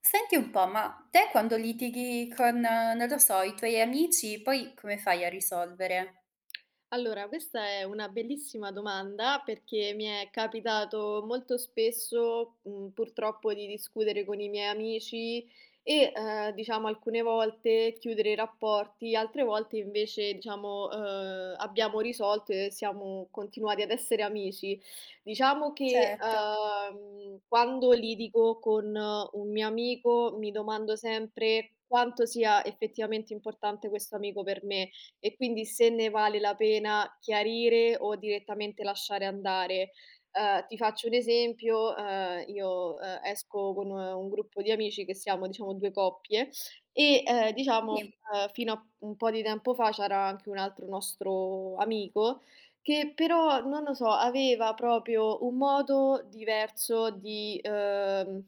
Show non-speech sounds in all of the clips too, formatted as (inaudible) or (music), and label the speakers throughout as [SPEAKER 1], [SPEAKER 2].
[SPEAKER 1] Senti un po', ma te quando litighi con non lo so, i tuoi amici, poi come fai a risolvere?
[SPEAKER 2] Allora, questa è una bellissima domanda perché mi è capitato molto spesso, purtroppo di discutere con i miei amici e, diciamo alcune volte chiudere i rapporti, altre volte invece diciamo, abbiamo risolto e siamo continuati ad essere amici. Diciamo che,
[SPEAKER 1] Certo,
[SPEAKER 2] quando litigo con un mio amico mi domando sempre quanto sia effettivamente importante questo amico per me e quindi se ne vale la pena chiarire o direttamente lasciare andare. Ti faccio un esempio, io, esco con un gruppo di amici che siamo diciamo 2 coppie e, diciamo,
[SPEAKER 1] sì.
[SPEAKER 2] fino a un po' di tempo fa c'era anche un altro nostro amico che però, non lo so, aveva proprio un modo diverso di, ehm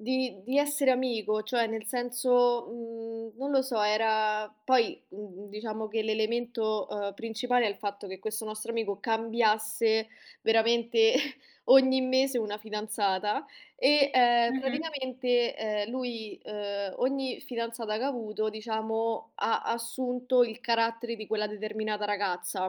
[SPEAKER 2] di di essere amico, cioè nel senso, non lo so, era poi, diciamo che l'elemento, principale è il fatto che questo nostro amico cambiasse veramente (laughs) ogni mese una fidanzata e,
[SPEAKER 1] Mh-mh.
[SPEAKER 2] praticamente, lui, ogni fidanzata che ha avuto, diciamo, ha assunto il carattere di quella determinata ragazza.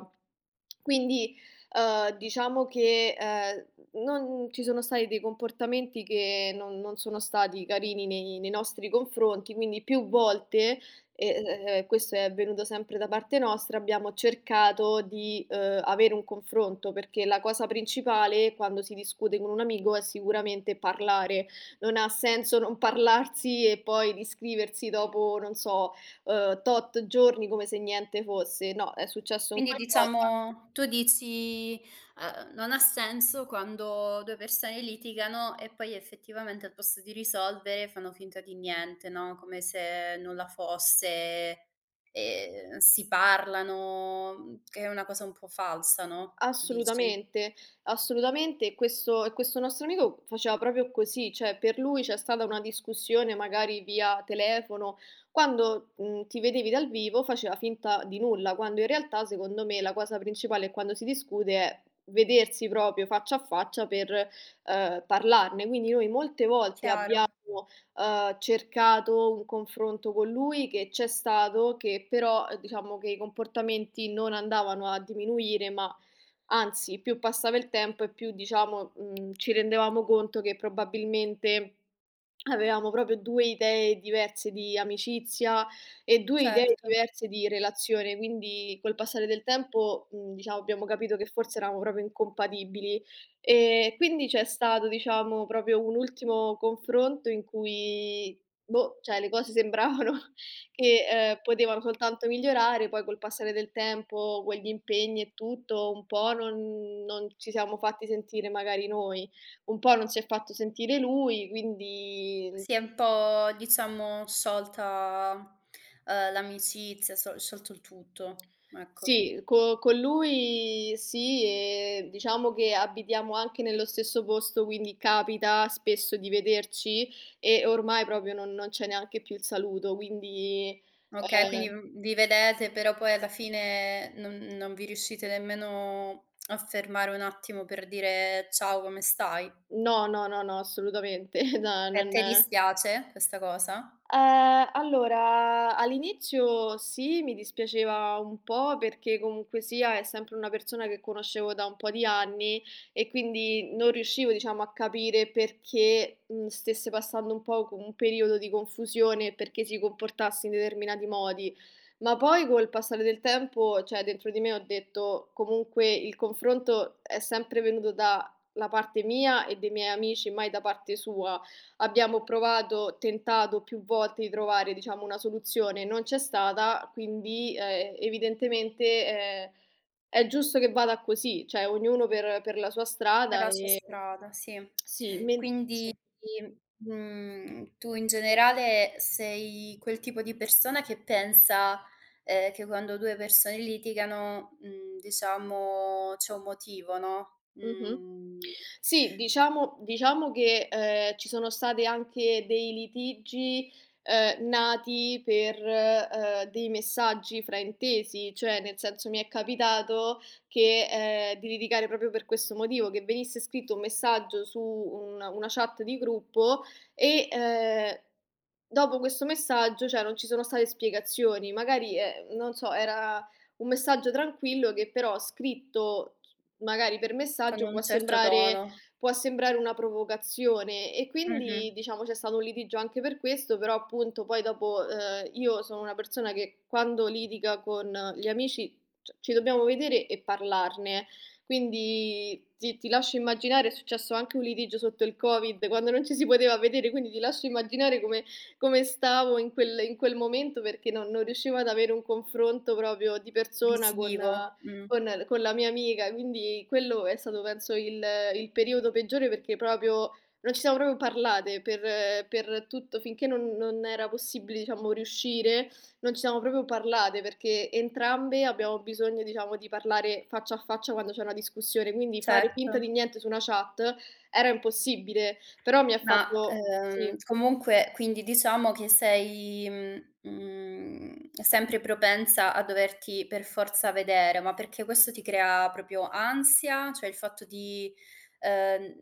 [SPEAKER 2] Quindi, diciamo che, non ci sono stati dei comportamenti che non sono stati carini nei nostri confronti, quindi più volte, e, questo è avvenuto sempre da parte nostra, abbiamo cercato di, avere un confronto, perché la cosa principale quando si discute con un amico è sicuramente parlare. Non ha senso non parlarsi e poi riscriversi dopo, non so, tot giorni come se niente fosse. No, è successo un
[SPEAKER 1] Quindi
[SPEAKER 2] qualcosa.
[SPEAKER 1] diciamo tu dici, non ha senso quando 2 persone litigano e poi effettivamente al posto di risolvere fanno finta di niente, no, come se nulla fosse, si parlano, che è una cosa un po' falsa, no, tu dici?
[SPEAKER 2] Assolutamente, assolutamente. E questo nostro amico faceva proprio così, cioè per lui c'è stata una discussione magari via telefono, quando, ti vedevi dal vivo faceva finta di nulla, quando in realtà secondo me la cosa principale quando si discute è vedersi proprio faccia a faccia per, parlarne. Quindi noi molte volte
[SPEAKER 1] Chiaro,
[SPEAKER 2] abbiamo, cercato un confronto con lui che c'è stato, che però, diciamo che i comportamenti non andavano a diminuire, ma anzi, più passava il tempo e più diciamo, ci rendevamo conto che probabilmente avevamo proprio 2 idee diverse di amicizia e 2 idee
[SPEAKER 1] certo.
[SPEAKER 2] diverse di relazione, quindi col passare del tempo, diciamo abbiamo capito che forse eravamo proprio incompatibili. E quindi c'è stato diciamo proprio un ultimo confronto in cui, boh, cioè le cose sembravano (laughs) che, potevano soltanto migliorare, poi col passare del tempo, con gli impegni e tutto, un po' non ci siamo fatti sentire magari noi, un po' non si è fatto sentire lui, quindi
[SPEAKER 1] Sì, è un po' diciamo sciolta, l'amicizia, sciolto il tutto, ecco.
[SPEAKER 2] sì, co con lui sì, diciamo che abitiamo anche nello stesso posto, quindi capita spesso di vederci e ormai proprio non c'è neanche più il saluto, quindi,
[SPEAKER 1] Okay, quindi,
[SPEAKER 2] ehm
[SPEAKER 1] vi vedete però poi alla fine non vi riuscite nemmeno a fermare un attimo per dire: "Ciao, come stai?"
[SPEAKER 2] no, no, no, no, assolutamente, (laughs) no,
[SPEAKER 1] E a
[SPEAKER 2] non.
[SPEAKER 1] te dispiace questa cosa?
[SPEAKER 2] Allora all'inizio sì, mi dispiaceva un po' perché comunque sia è sempre una persona che conoscevo da un po' di anni e quindi non riuscivo, diciamo, a capire perché, stesse passando un po' co un periodo di confusione e perché si comportasse in determinati modi. Ma poi col passare del tempo, cioè dentro di me ho detto: "Comunque il confronto è sempre venuto dalla parte mia e dei miei amici, mai da parte sua". Abbiamo provato tentato più volte di trovare, diciamo, una soluzione, non c'è stata, quindi, evidentemente, ehm, è giusto che vada così, cioè ognuno per la sua strada,
[SPEAKER 1] Però c'è strada, sì.
[SPEAKER 2] sì, men sì.
[SPEAKER 1] Quindi, tu in generale sei quel tipo di persona che pensa, che quando 2 persone litigano, diciamo c'è un motivo, no,
[SPEAKER 2] Mh-mh.
[SPEAKER 1] mhmm,
[SPEAKER 2] Sì, diciamo che, ci sono state anche dei litigi, nati per, dei messaggi fraintesi, cioè nel senso mi è capitato che, di litigare proprio per questo motivo, che venisse scritto un messaggio su un una chat di gruppo e, dopo questo messaggio, cioè non ci sono state spiegazioni. Magari, non so, era un messaggio tranquillo che però scritto magari per
[SPEAKER 1] con
[SPEAKER 2] messaggio
[SPEAKER 1] un certo tono.
[SPEAKER 2] può sembrare una provocazione e
[SPEAKER 1] Mh-mh.
[SPEAKER 2] quindi diciamo c'è stato un litigio anche per questo, però appunto poi dopo, io sono una persona che quando litiga con gli amici c ci dobbiamo vedere e parlarne. Quindi ti lascio immaginare, è successo anche un litigio sotto il Covid, quando non ci si poteva vedere, quindi ti lascio immaginare come come stavo in quel momento perché non riuscivo ad avere un confronto proprio di persona
[SPEAKER 1] Visivo,
[SPEAKER 2] con la mia amica, quindi quello è stato penso il periodo peggiore perché proprio non ci siamo proprio parlate per tutto, finché non era possibile, diciamo, riuscire, non ci siamo proprio parlate perché entrambe abbiamo bisogno, diciamo, di parlare faccia a faccia quando c'è una discussione, quindi fare finta
[SPEAKER 1] certo.
[SPEAKER 2] di niente su una chat era impossibile, però mi ha
[SPEAKER 1] Ma,
[SPEAKER 2] fatto sì.
[SPEAKER 1] comunque quindi diciamo che sei, sempre propensa a doverti per forza vedere, ma perché questo ti crea proprio ansia? Cioè il fatto di, ehm,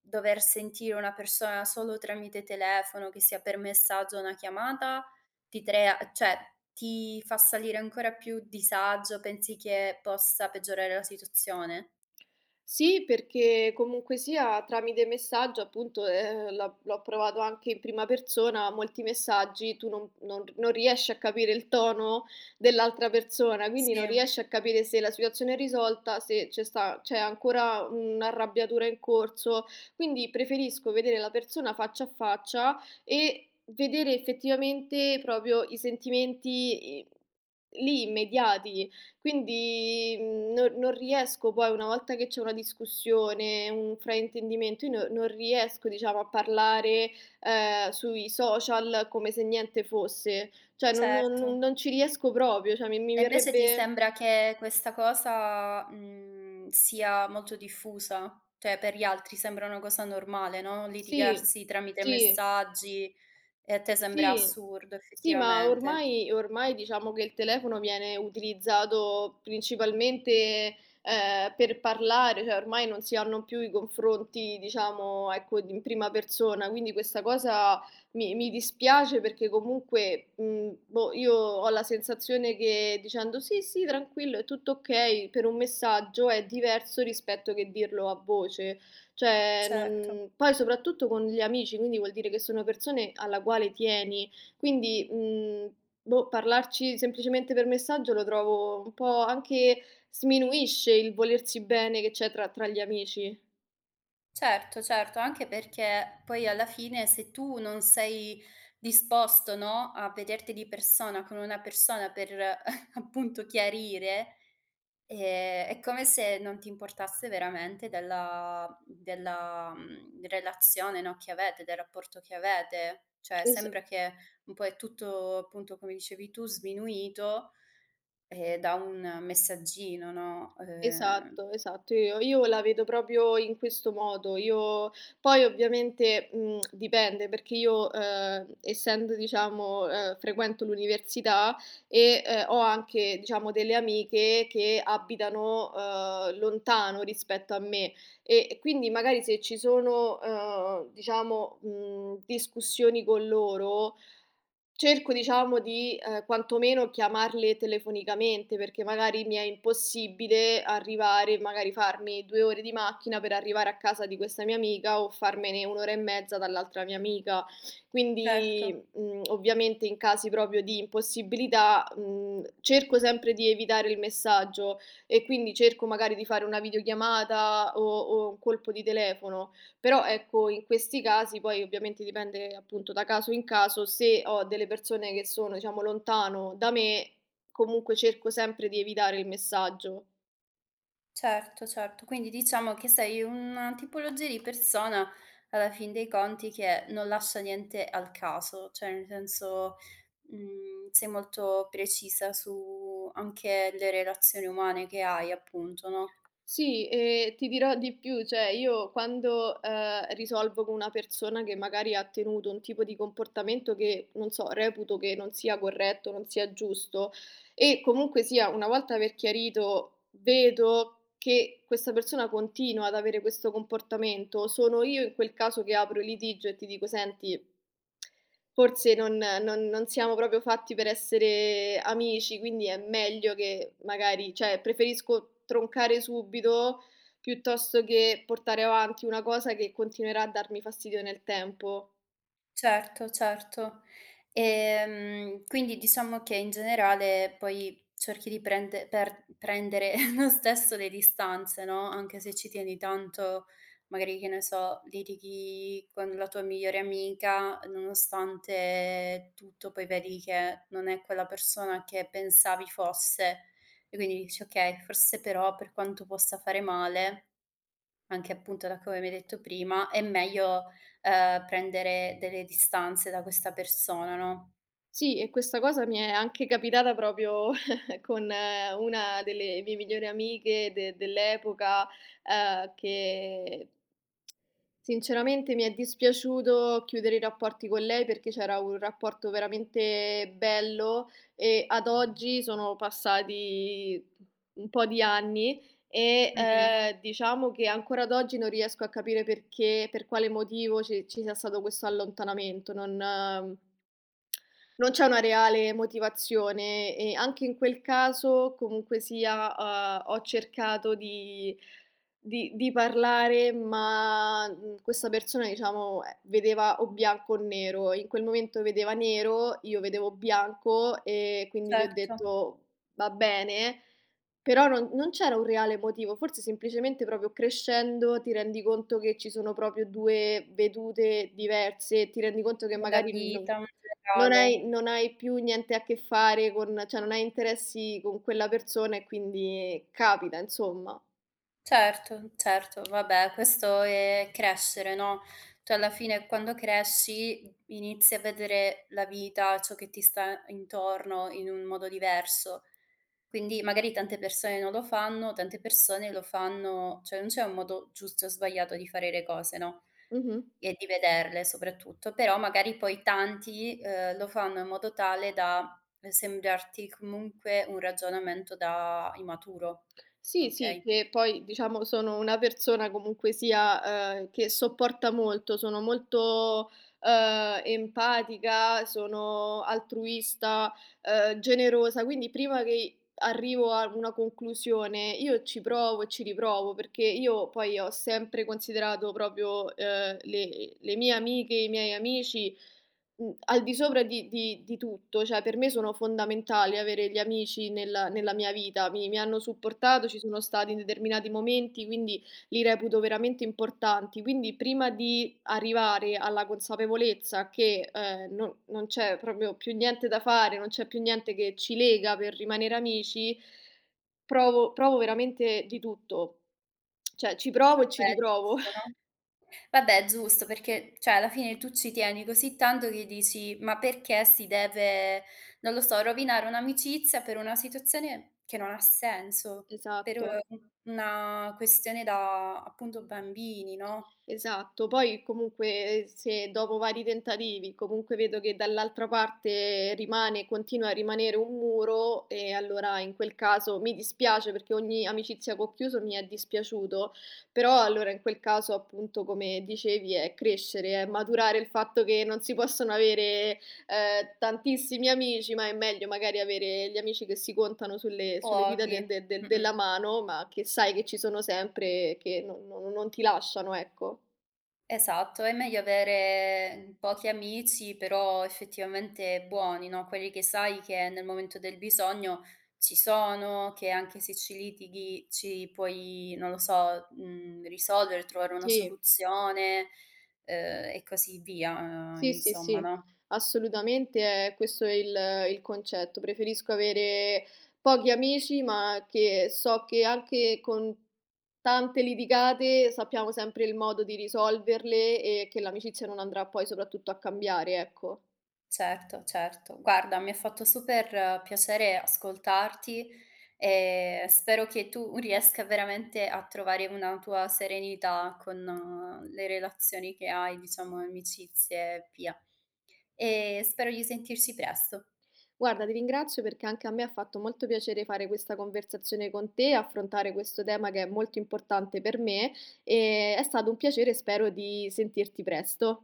[SPEAKER 1] dover sentire una persona solo tramite telefono, che sia per messaggio o una chiamata, ti crea cioè ti fa salire ancora più disagio? Pensi che possa peggiorare la situazione?
[SPEAKER 2] Sì, perché comunque sia tramite messaggio, appunto, l'ho provato anche in prima persona, molti messaggi tu non riesci a capire il tono dell'altra persona, quindi non
[SPEAKER 1] Sì,
[SPEAKER 2] riesci a capire se la situazione è risolta, se c'è ancora un'arrabbiatura in corso. Quindi preferisco vedere la persona faccia a faccia e vedere effettivamente proprio i sentimenti i lì immediati. Quindi, non riesco poi una volta che c'è una discussione, un fraintendimento, io non riesco diciamo a parlare, sui social come se niente fosse. Cioè
[SPEAKER 1] certo.
[SPEAKER 2] non ci riesco proprio, cioè mi
[SPEAKER 1] E invece ti
[SPEAKER 2] verrebbe
[SPEAKER 1] sembra che questa cosa, sia molto diffusa? Cioè per gli altri sembra una cosa normale, no,
[SPEAKER 2] sì,
[SPEAKER 1] litigarsi tramite
[SPEAKER 2] sì.
[SPEAKER 1] messaggi e a te sembra
[SPEAKER 2] Sì.
[SPEAKER 1] assurdo
[SPEAKER 2] Sì, ma
[SPEAKER 1] effettivamente.
[SPEAKER 2] ormai diciamo che il telefono viene utilizzato principalmente, per parlare, cioè ormai non si hanno più i confronti, diciamo, ecco, d in prima persona, quindi questa cosa mi dispiace perché comunque, boh, io ho la sensazione che dicendo: "Sì, sì, tranquillo, è tutto okay", per un messaggio è diverso rispetto che dirlo a voce. Cioè,
[SPEAKER 1] Certo,
[SPEAKER 2] non poi soprattutto con gli amici, quindi vuol dire che sono persone alla quale tieni. Quindi, boh, parlarci semplicemente per messaggio lo trovo un po' anche sminuisce il volersi bene che c'è tra gli amici.
[SPEAKER 1] certo, certo, anche perché poi alla fine se tu non sei disposto, no, a vederti di persona con una persona per (laughs) appunto chiarire, ehm, è come se non ti importasse veramente della relazione, no, che avete, del rapporto che avete. Cioè
[SPEAKER 2] Es
[SPEAKER 1] sembra che un po' è tutto, appunto, come dicevi tu, sminuito, da un messaggino, no, ehm.
[SPEAKER 2] Esatto, esatto. Io la vedo proprio in questo modo. Io poi ovviamente, dipende perché io, essendo diciamo, frequento l'università e, ho anche diciamo delle amiche che abitano, lontano rispetto a me e quindi magari se ci sono, diciamo, discussioni con loro. Cerco diciamo di, quantomeno chiamarle telefonicamente, perché magari mi è impossibile arrivare magari farmi 2 ore di macchina per arrivare a casa di questa mia amica o farmene 1 ora e mezza dall'altra mia amica.
[SPEAKER 1] Certo.
[SPEAKER 2] Quindi, ovviamente in casi proprio di impossibilità, cerco sempre di evitare il messaggio e quindi cerco magari di fare una videochiamata o un colpo di telefono. Però ecco, in questi casi poi ovviamente dipende appunto da caso in caso, se ho delle persone che sono diciamo lontano da me, comunque cerco sempre di evitare il messaggio.
[SPEAKER 1] Certo, certo. Quindi diciamo che sei una tipologia di persona, alla fin dei conti, che non lascia niente al caso, cioè nel senso, sei molto precisa su anche le relazioni umane che hai appunto, no?
[SPEAKER 2] Sì, e ti dirò di più, cioè io quando, risolvo con una persona che magari ha tenuto un tipo di comportamento che, non so, reputo che non sia corretto, non sia giusto e comunque sia una volta aver chiarito vedo che questa persona continua ad avere questo comportamento, sono io in quel caso che apro il litigio e ti dico: "Senti, forse non siamo proprio fatti per essere amici, quindi è meglio che magari cioè preferisco troncare subito, piuttosto che portare avanti una cosa che continuerà a darmi fastidio nel tempo".
[SPEAKER 1] Certo, certo. Quindi diciamo che in generale poi cerchi di prendere (laughs) lo stesso le distanze, no, anche se ci tieni tanto, magari che ne so, litighi con la tua migliore amica, nonostante tutto poi vedi che non è quella persona che pensavi fosse e quindi dici: "Okay, forse però per quanto possa fare male." Anche appunto da come mi hai detto prima, è meglio, prendere delle distanze da questa persona, no.
[SPEAKER 2] Sì, e questa cosa mi è anche capitata proprio (laughs) con una delle mie migliori amiche de dell'epoca, che sinceramente mi è dispiaciuto chiudere i rapporti con lei perché c'era un rapporto veramente bello e ad oggi sono passati un po' di anni e,
[SPEAKER 1] Mh-mh,
[SPEAKER 2] diciamo che ancora ad oggi non riesco a capire perché per quale motivo ci sia stato questo allontanamento, non non c'è una reale motivazione e anche in quel caso comunque sia, ho cercato di di parlare, ma, questa persona diciamo, vedeva o bianco o nero. In quel momento vedeva nero, io vedevo bianco e quindi gli ho
[SPEAKER 1] certo,
[SPEAKER 2] detto: "Va bene", però non c'era un reale motivo, forse semplicemente proprio crescendo ti rendi conto che ci sono proprio 2 vedute diverse, ti rendi conto che
[SPEAKER 1] nella
[SPEAKER 2] magari
[SPEAKER 1] vita in generale.
[SPEAKER 2] non hai più niente a che fare con cioè non hai interessi con quella persona e quindi capita insomma.
[SPEAKER 1] Certo, certo, vabbè, questo è crescere, no, tu alla fine quando cresci inizi a vedere la vita, ciò che ti sta intorno in un modo diverso. Quindi magari tante persone non lo fanno, tante persone lo fanno, cioè non c'è un modo giusto o sbagliato di fare le cose, no,
[SPEAKER 2] Mh-mh.
[SPEAKER 1] e di vederle soprattutto, però magari poi tanti, lo fanno in modo tale da sembrarti comunque un ragionamento da immaturo,
[SPEAKER 2] Sì, sì,
[SPEAKER 1] okay?
[SPEAKER 2] che poi diciamo sono una persona comunque sia, che sopporta molto, sono molto, empatica, sono altruista, generosa, quindi prima che arrivo a una conclusione io ci provo e ci riprovo, perché io poi ho sempre considerato proprio, le mie amiche, i miei amici. Al di sopra di di tutto, cioè per me sono fondamentali avere gli amici nella mia vita. Mi hanno supportato, ci sono stati in determinati momenti, quindi li reputo veramente importanti. Quindi prima di arrivare alla consapevolezza che, non c'è proprio più niente da fare, non c'è più niente che ci lega per rimanere amici, provo veramente di tutto. Cioè ci provo e ci
[SPEAKER 1] Vabbè,
[SPEAKER 2] riprovo.
[SPEAKER 1] giusto, no?
[SPEAKER 2] (laughs)
[SPEAKER 1] Vabbè, giusto, perché cioè alla fine tu ci tieni così tanto che dici: "Ma perché si deve, non lo so, rovinare un'amicizia per una situazione che non ha senso, per
[SPEAKER 2] Esatto.
[SPEAKER 1] un una questione da appunto bambini, no?"
[SPEAKER 2] Esatto, poi comunque se dopo vari tentativi comunque vedo che dall'altra parte rimane continua a rimanere un muro e allora in quel caso mi dispiace perché ogni amicizia che ho chiuso mi è dispiaciuto, però allora in quel caso appunto come dicevi è crescere, è maturare il fatto che non si possono avere tantissimi amici, ma è meglio magari avere gli amici che si contano sulle dita
[SPEAKER 1] Pochi.
[SPEAKER 2] del de del
[SPEAKER 1] Mh-mh.
[SPEAKER 2] della mano, ma che sai che ci sono sempre e che non ti lasciano, ecco.
[SPEAKER 1] Esatto, è meglio avere mm, pochi amici, però effettivamente buoni, no, quelli che sai che nel momento del bisogno ci sono, che anche se ci litighi ci puoi, non lo so, risolvere, trovare una
[SPEAKER 2] Sì,
[SPEAKER 1] soluzione, e così via,
[SPEAKER 2] sì, sì,
[SPEAKER 1] insomma,
[SPEAKER 2] sì,
[SPEAKER 1] no?
[SPEAKER 2] assolutamente è questo è il concetto. Preferisco avere pochi amici, ma che so che anche con tante litigate sappiamo sempre il modo di risolverle e che l'amicizia non andrà poi soprattutto a cambiare, ecco.
[SPEAKER 1] Certo, certo. Guarda, mi ha fatto super piacere ascoltarti e spero che tu (laughs) riesca veramente a trovare una tua serenità con le relazioni che hai, diciamo, amicizie e via. E spero di sentirci presto.
[SPEAKER 2] Guarda, ti ringrazio perché anche a me ha fatto molto piacere fare questa conversazione con te, affrontare questo tema che è molto importante per me e è stato un piacere, spero di sentirti presto.